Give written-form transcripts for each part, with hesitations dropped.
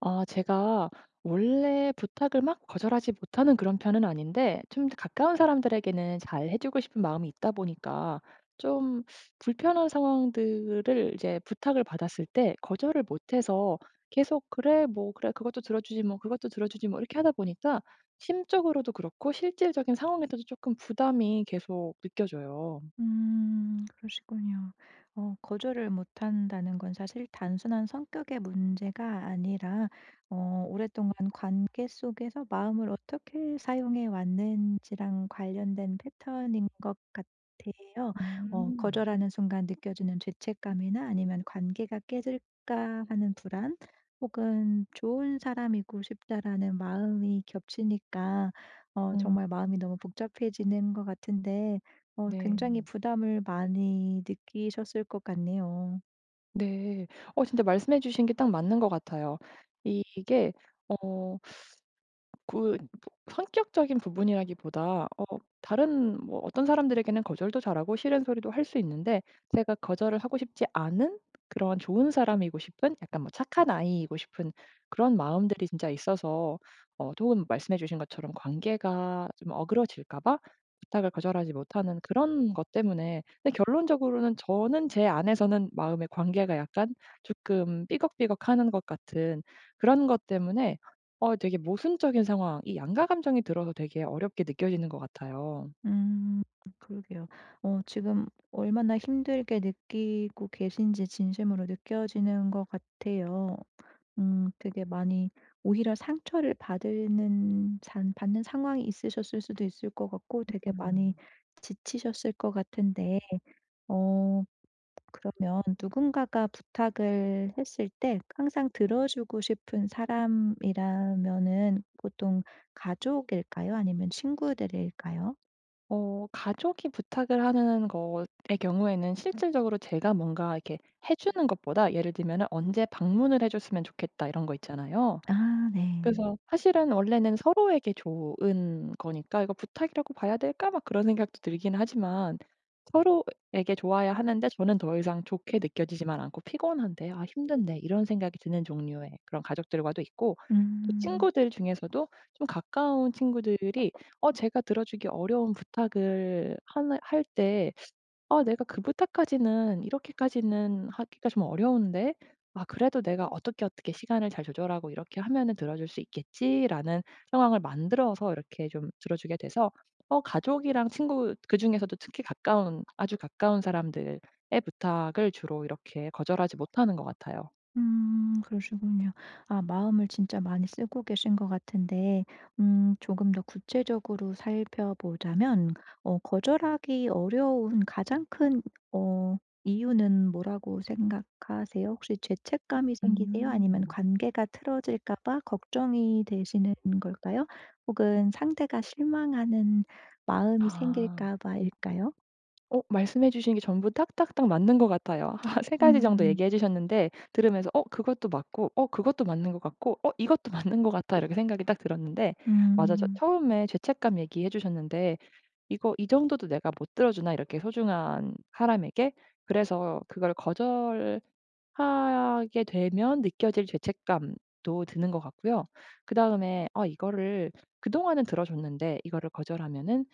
아 제가 원래 부탁을 막 거절하지 못하는 그런 편은 아닌데 좀 가까운 사람들에게는 잘 해 주고 싶은 마음이 있다 보니까 좀 불편한 상황들을 이제 부탁을 받았을 때 거절을 못해서 계속 '그래 뭐 그래 그것도 들어 주지 뭐. 그것도 들어 주지 뭐.' 이렇게 하다 보니까 심적으로도 그렇고 실질적인 상황에서도 조금 부담이 계속 느껴져요. 그러시군요. 거절을 못 한다는 건 사실 단순한 성격의 문제가 아니라 오랫동안 관계 속에서 마음을 어떻게 사용해 왔는지랑 관련된 패턴인 것 같아요. 음. 거절하는 순간 느껴지는 죄책감이나 아니면 '관계가 깨질까.' 하는 불안 혹은 '좋은 사람이고 싶다.'라는 마음이 겹치니까 음. 정말 마음이 너무 복잡해지는 것 같은데 굉장히 네. 부담을 많이 느끼셨을 것 같네요. 네. 진짜 말씀해 주신 게 딱 맞는 것 같아요. 이게 어 그 성격적인 부분이라기보다 다른 뭐 어떤 사람들에게는 거절도 잘하고 싫은 소리도 할 수 있는데, 제가 거절을 하고 싶지 않은, 그런 좋은 사람이고 싶은, 약간 뭐 착한 아이이고 싶은 그런 마음들이 진짜 있어서, 혹은 말씀해 주신 것처럼 관계가 좀 어그러질까 봐 부탁을 거절하지 못하는 그런 것 때문에. 근데 결론적으로는 저는 제 안에서는 마음의 관계가 약간 조금 삐걱삐걱하는 것 같은 그런 것 때문에 되게 모순적인 상황, 이 양가 감정이 들어서 되게 어렵게 느껴지는 것 같아요. 음 그러게요. 지금 얼마나 힘들게 느끼고 계신지 진심으로 느껴지는 것 같아요. 되게 많이 오히려 상처를 받는 잔 받는 상황이 있으셨을 수도 있을 것 같고 되게 많이 음. 지치셨을 것 같은데 어 그러면 누군가가 부탁을 했을 때 항상 들어주고 싶은 사람이라면은 보통 가족일까요? 아니면 친구들일까요? 가족이 부탁을 하는 것의 경우에는 실질적으로 제가 뭔가 이렇게 해 주는 것보다 예를 들면 "언제 방문을 해 줬으면 좋겠다." 이런 거 있잖아요. 아 네. 그래서 사실은 원래는 서로에게 좋은 거니까 '이거 부탁이라고 봐야 될까?' 막 그런 생각도 들긴 하지만, 서로에게 좋아야 하는데 저는 더 이상 좋게 느껴지지만 않고 피곤한데 '아 힘든데.' 이런 생각이 드는 종류의 그런 가족들과도 있고, 또 음. 친구들 중에서도 좀 가까운 친구들이 제가 들어주기 어려운 부탁을 하는 할때 '아 내가 그 부탁까지는 이렇게까지는 하기가 좀 어려운데, 아 그래도 내가 어떻게 어떻게 시간을 잘 조절하고 이렇게 하면은 들어줄 수 있겠지.'라는 상황을 만들어서 이렇게 좀 들어주게 돼서, 가족이랑 친구, 그중에서도 특히 가까운 아주 가까운 사람들의 부탁을 주로 이렇게 거절하지 못하는 것 같아요. 그러시군요. 아 마음을 진짜 많이 쓰고 계신 것 같은데 조금 더 구체적으로 살펴보자면 거절하기 어려운 가장 큰 어 이유는 뭐라고 생각하세요? 혹시 죄책감이 생기세요? 아니면 음. 관계가 틀어질까 봐 걱정이 되시는 걸까요? 혹은 상대가 실망하는 마음이 아. 생길까 봐일까요? 말씀해 주신 게 전부 딱딱딱 맞는 것 같아요. 세 가지 정도 음. 얘기해 주셨는데 들으면서 '어 그것도 맞고 어 그것도 맞는 것 같고 어 이것도 맞는 것 같아.' 이렇게 생각이 딱 들었는데, 맞아, 저 음. 처음에 죄책감 얘기해 주셨는데 이거 '이 정도도 내가 못 들어 주나, 이렇게 소중한 사람에게?' 그래서 그걸 거절 하게 되면 느껴질 죄책감도 드는 것 같고요. 그다음에 이거를 그동안은 들어줬는데 이거를 거절하면은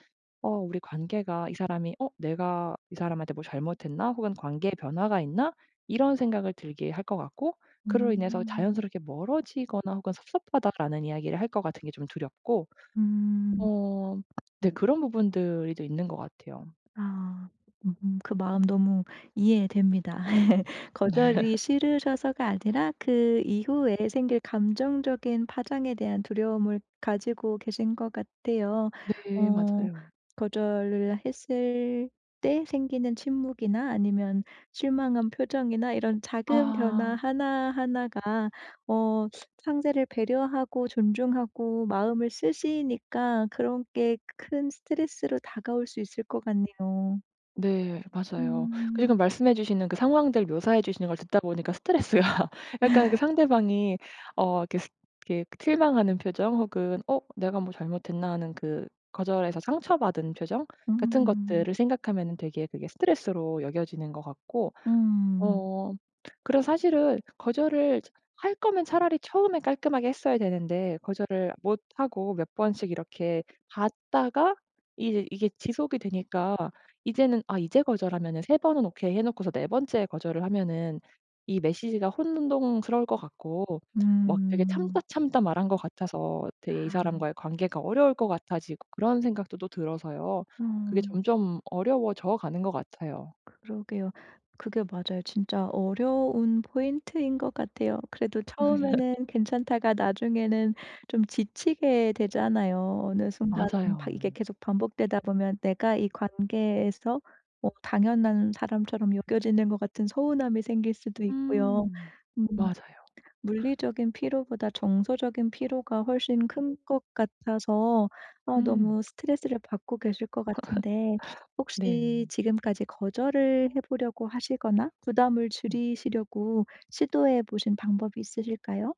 우리 관계가, 이 사람이 '어 내가 이 사람한테 뭐 잘못했나? 혹은 관계에 변화가 있나?' 이런 생각을 들게 할 것 같고, 그로 인해서 음. 자연스럽게 "멀어지거나 혹은 섭섭하다."라는 이야기를 할 것 같은 게 좀 두렵고. 음. 어 네, 그런 부분들이 좀 있는 것 같아요. 아. 그 마음 너무 이해됩니다. 거절이 싫으셔서가 아니라 그 이후에 생길 감정적인 파장에 대한 두려움을 가지고 계신 것 같아요. 네 어 맞아요. 거절을 했을 때 생기는 침묵이나 아니면 실망한 표정이나 이런 작은 아. 변화 하나하나가 어 상대를 배려하고 존중하고 마음을 쓰시니까 그런 게 큰 스트레스로 다가올 수 있을 것 같네요. 네 맞아요. 그 지금 음. 말씀해 주시는 그 상황들 묘사해 주시는 걸 듣다 보니까 스트레스가 약간 그 상대방이 어 이렇게 스 이렇게 실망하는 표정 혹은 '어 내가 뭐 잘못했나?' 하는 그 거절에서 상처받은 표정 같은 음. 것들을 생각하면 되게 그게 스트레스로 여겨지는 것 같고. 음. 어. 그래서 사실은 거절을 할 거면 차라리 처음에 깔끔하게 했어야 되는데 거절을 못 하고 몇 번씩 이렇게 받다가, 이제 이게 지속이 되니까 이제는 아 이제 거절하면은 세 번은 오케이 해 놓고서 네 번째 거절을 하면은 이 메시지가 혼동스러울 것 같고, 음. 막 되게 참다 음. 참다 말한 것 같아서 되게 이 아. 사람과의 관계가 어려울 것 같아지고 그런 생각도 또 들어서요. 그게 음. 점점 어려워져 가는 것 같아요. 그러게요. 그게 맞아요. 진짜 어려운 포인트인 것 같아요. 그래도 처음에는 괜찮다가 나중에는 좀 지치게 되잖아요. 어느 순간 바 맞아요. 이게 계속 반복되다 보면 내가 이 관계에서 뭐 당연한 사람처럼 여겨지는 것 같은 서운함이 생길 수도 있고요. 음. 음. 맞아요. 물리적인 피로보다 정서적인 피로가 훨씬 큰 것 같아서 아 음. 너무 스트레스를 받고 계실 것 같은데 혹시 네. 지금까지 거절을 해 보려고 하시거나 부담을 줄이시려고 시도해 보신 방법이 있으실까요?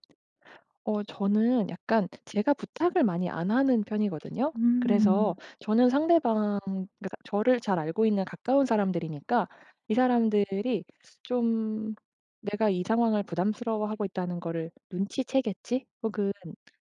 저는 약간 제가 부탁을 많이 안 하는 편이거든요. 그래서 음. 저는 상대방, 그러니까 저를 잘 알고 있는 가까운 사람들이니까 이 사람들이 좀 '내가 이 상황을 부담스러워하고 있다는 거를 눈치채겠지?' 혹은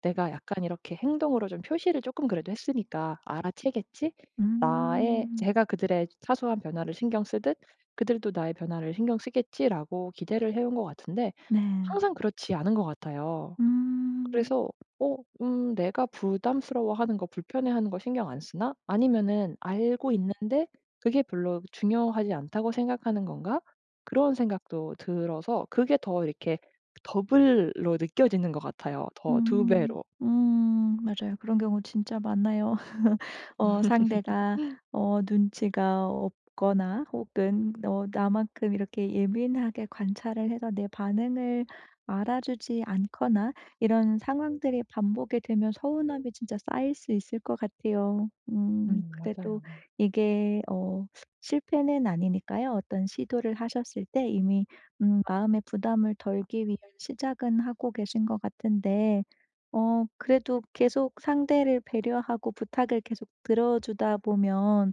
'내가 약간 이렇게 행동으로 좀 표시를 조금 그래도 했으니까 알아채겠지?' 나의, 음. 제가 그들의 사소한 변화를 신경 쓰듯 그들도 나의 변화를 신경 쓰겠지라고 기대를 해온 것 같은데, 네. 항상 그렇지 않은 것 같아요. 음. 그래서 어 '내가 부담스러워하는 거, 불편해하는 거 신경 안 쓰나? 아니면은 알고 있는데 그게 별로 중요하지 않다고 생각하는 건가?' 그런 생각도 들어서 그게 더 이렇게 더블로 느껴지는 것 같아요. 더 두 음. 배로. 음. 맞아요. 그런 경우 진짜 많아요. 상대가 눈치가 없거나 혹은 나만큼 이렇게 예민하게 관찰을 해서 내 반응을 알아주지 않거나 이런 상황들이 반복이 되면 서운함이 진짜 쌓일 수 있을 것 같아요. 그래도 맞아요. 이게 실패는 아니니까요. 어떤 시도를 하셨을 때 이미 마음의 부담을 덜기 위한 시작은 하고 계신 것 같은데 그래도 계속 상대를 배려하고 부탁을 계속 들어주다 보면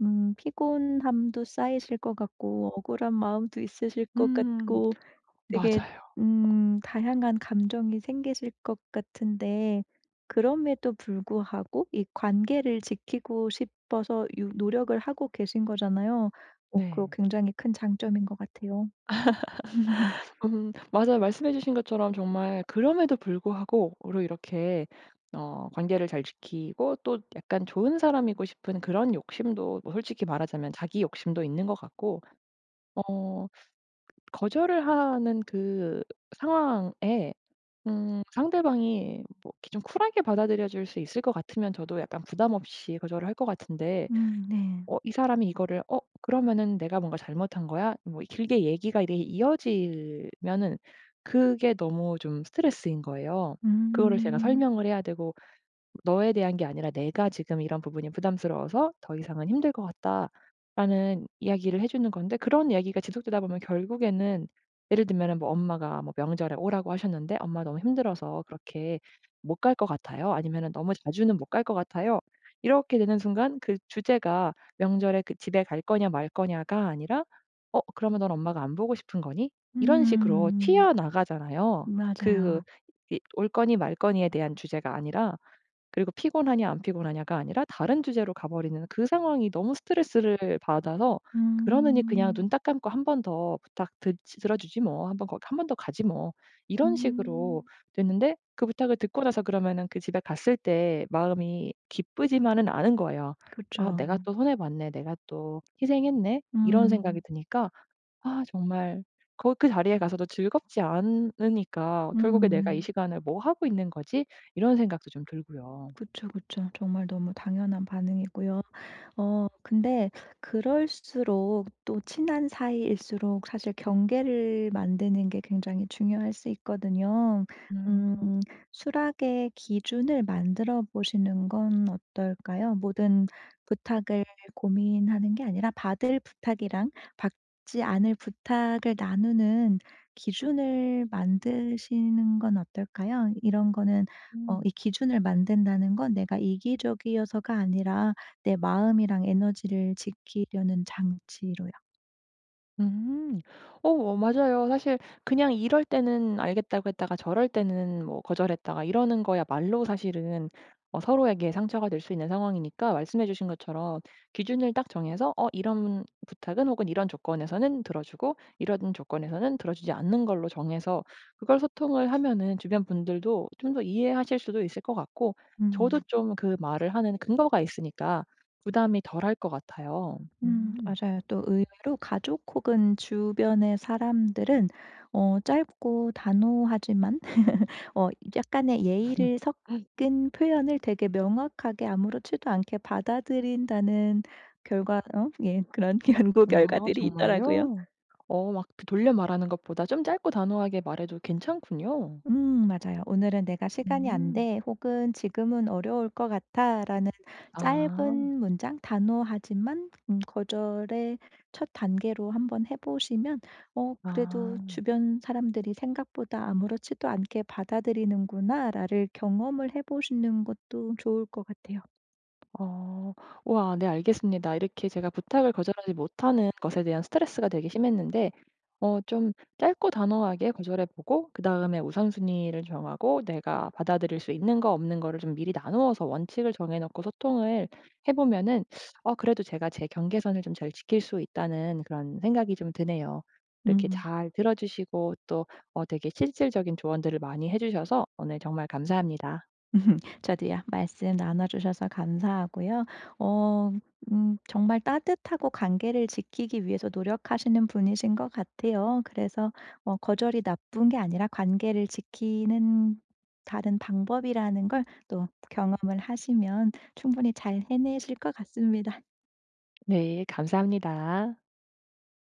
피곤함도 쌓이실 것 같고 억울한 마음도 있으실 것 음 같고 되게 맞아요. 다양한 감정이 생기실 것 같은데 그럼에도 불구하고 이 관계를 지키고 싶어서 유 노력을 하고 계신 거잖아요. 그거 네. 굉장히 큰 장점인 것 같아요. 맞아요. 말씀해 주신 것처럼 정말 그럼에도 불구하고 로 이렇게 관계를 잘 지키고 또 약간 좋은 사람이고 싶은 그런 욕심도, 뭐 솔직히 말하자면 자기 욕심도 있는 것 같고, 어 거절을 하는 그 상황에 상대방이 뭐 이렇게 좀 쿨하게 받아들여 줄 수 있을 것 같으면 저도 약간 부담 없이 거절을 할 것 같은데, 네. 이 사람이 이거를 '어 그러면은 내가 뭔가 잘못한 거야?' 뭐 길게 얘기가 이게 렇 이어지면은 그게 너무 좀 스트레스인 거예요. 그거를 제가 음. 설명을 해야 되고, 너에 대한 게 아니라 "내가 지금 이런 부분이 부담스러워서 더 이상은 힘들 것 같다."라는 이야기를 해 주는 건데, 그런 이야기가 지속되다 보면 결국에는, 예를 들면은 뭐 엄마가 뭐 명절에 오라고 하셨는데 "엄마 너무 힘들어서 그렇게 못 갈 것 같아요." 아니면은 "너무 자주는 못 갈 것 같아요." 이렇게 되는 순간 그 주제가 명절에 그 집에 갈 거냐 말 거냐가 아니라 "어 그러면 넌 엄마가 안 보고 싶은 거니?" 이런 식으로 음. 튀어나가잖아요. 그 맞아요. 올 거니 말 거니에 대한 주제가 아니라, 그리고 피곤하냐 안 피곤하냐가 아니라 다른 주제로 가버리는 그 상황이 너무 스트레스를 받아서, 그러느니 그냥 눈 음. 딱 감고 '한 번 더 부탁 드 들어주지 뭐. 한 번 거기 한 번 더 가지 뭐.' 이런 식으로 음. 됐는데, 그 부탁을 듣고 나서 그러면은 그 집에 갔을 때 마음이 기쁘지만은 않은 거예요. 그쵸. '아 내가 또 손해 봤네. 내가 또 희생했네.' 이런 생각이 음. 드니까, 아 정말 거 그 자리에 가서도 즐겁지 않으니까 '결국에 내가 이 음. 시간을 뭐 하고 있는 거지?' 이런 생각도 좀 들고요. 그쵸, 그쵸. 정말 너무 당연한 반응이고요. 근데 그럴수록 또 친한 사이일수록 사실 경계를 만드는 게 굉장히 중요할 수 있거든요. 음 음. 수락의 기준을 만들어 보시는 건 어떨까요? 모든 부탁을 고민하는 게 아니라 받을 부탁이랑 받지 않을 부탁을 나누는 기준을 만드시는 건 어떨까요? 이런 거는 음. 이 기준을 만든다는 건 내가 이기적이어서가 아니라 내 마음이랑 에너지를 지키려는 장치로요. 음. 맞아요. 사실 그냥 이럴 때는 알겠다고 했다가 저럴 때는 뭐 거절했다가 이러는 거야말로 사실은 서로에게 상처가 될 수 있는 상황이니까 말씀해 주신 것처럼 기준을 딱 정해서 이런 부탁은 혹은 이런 조건에서는 들어주고 이런 조건에서는 들어주지 않는 걸로 정해서 그걸 소통을 하면은 주변 분들도 좀 더 이해하실 수도 있을 것 같고 저도 음. 좀 그 말을 하는 근거가 있으니까 부담이 덜할 것 같아요. 음. 맞아요. 또 의외로 가족 혹은 주변의 사람들은 짧고 단호하지만 어 약간의 음. 예의를 섞은 표현을 되게 명확하게 아무렇지도 않게 받아들인다는 결과 예 그런 연구 아 결과들이 있더라고요. 정말요? 막 그 돌려 말하는 것보다 좀 짧고 단호하게 말해도 괜찮군요. 맞아요. "오늘은 내가 시간이 안 음. 돼." 혹은 "지금은 어려울 것 같아."라는 아. 짧은 문장 단호하지만 거절의 첫 단계로 한번 해 보시면 그래도 아. '주변 사람들이 생각보다 아무렇지도 않게 받아들이는구나.'라를 경험을 해 보시는 것도 좋을 것 같아요. 어. 와, 네 알겠습니다. 이렇게 제가 부탁을 거절하지 못하는 것에 대한 스트레스가 되게 심했는데, 좀 짧고 단호하게 거절해 보고, 그다음에 우선순위를 정하고 내가 받아들일 수 있는 거 없는 거를 좀 미리 나누어서 원칙을 정해 놓고 소통을 해 보면은 그래도 제가 제 경계선을 좀 잘 지킬 수 있다는 그런 생각이 좀 드네요. 이렇게 음. 잘 들어 주시고, 또 되게 실질적인 조언들을 많이 해 주셔서 오늘 정말 감사합니다. 저도요. 말씀 나눠주셔서 감사하고요. 어 정말 따뜻하고 관계를 지키기 위해서 노력하시는 분이신 것 같아요. 그래서 거절이 나쁜 게 아니라 관계를 지키는 다른 방법이라는 걸 또 경험을 하시면 충분히 잘 해내실 것 같습니다. 네 감사합니다.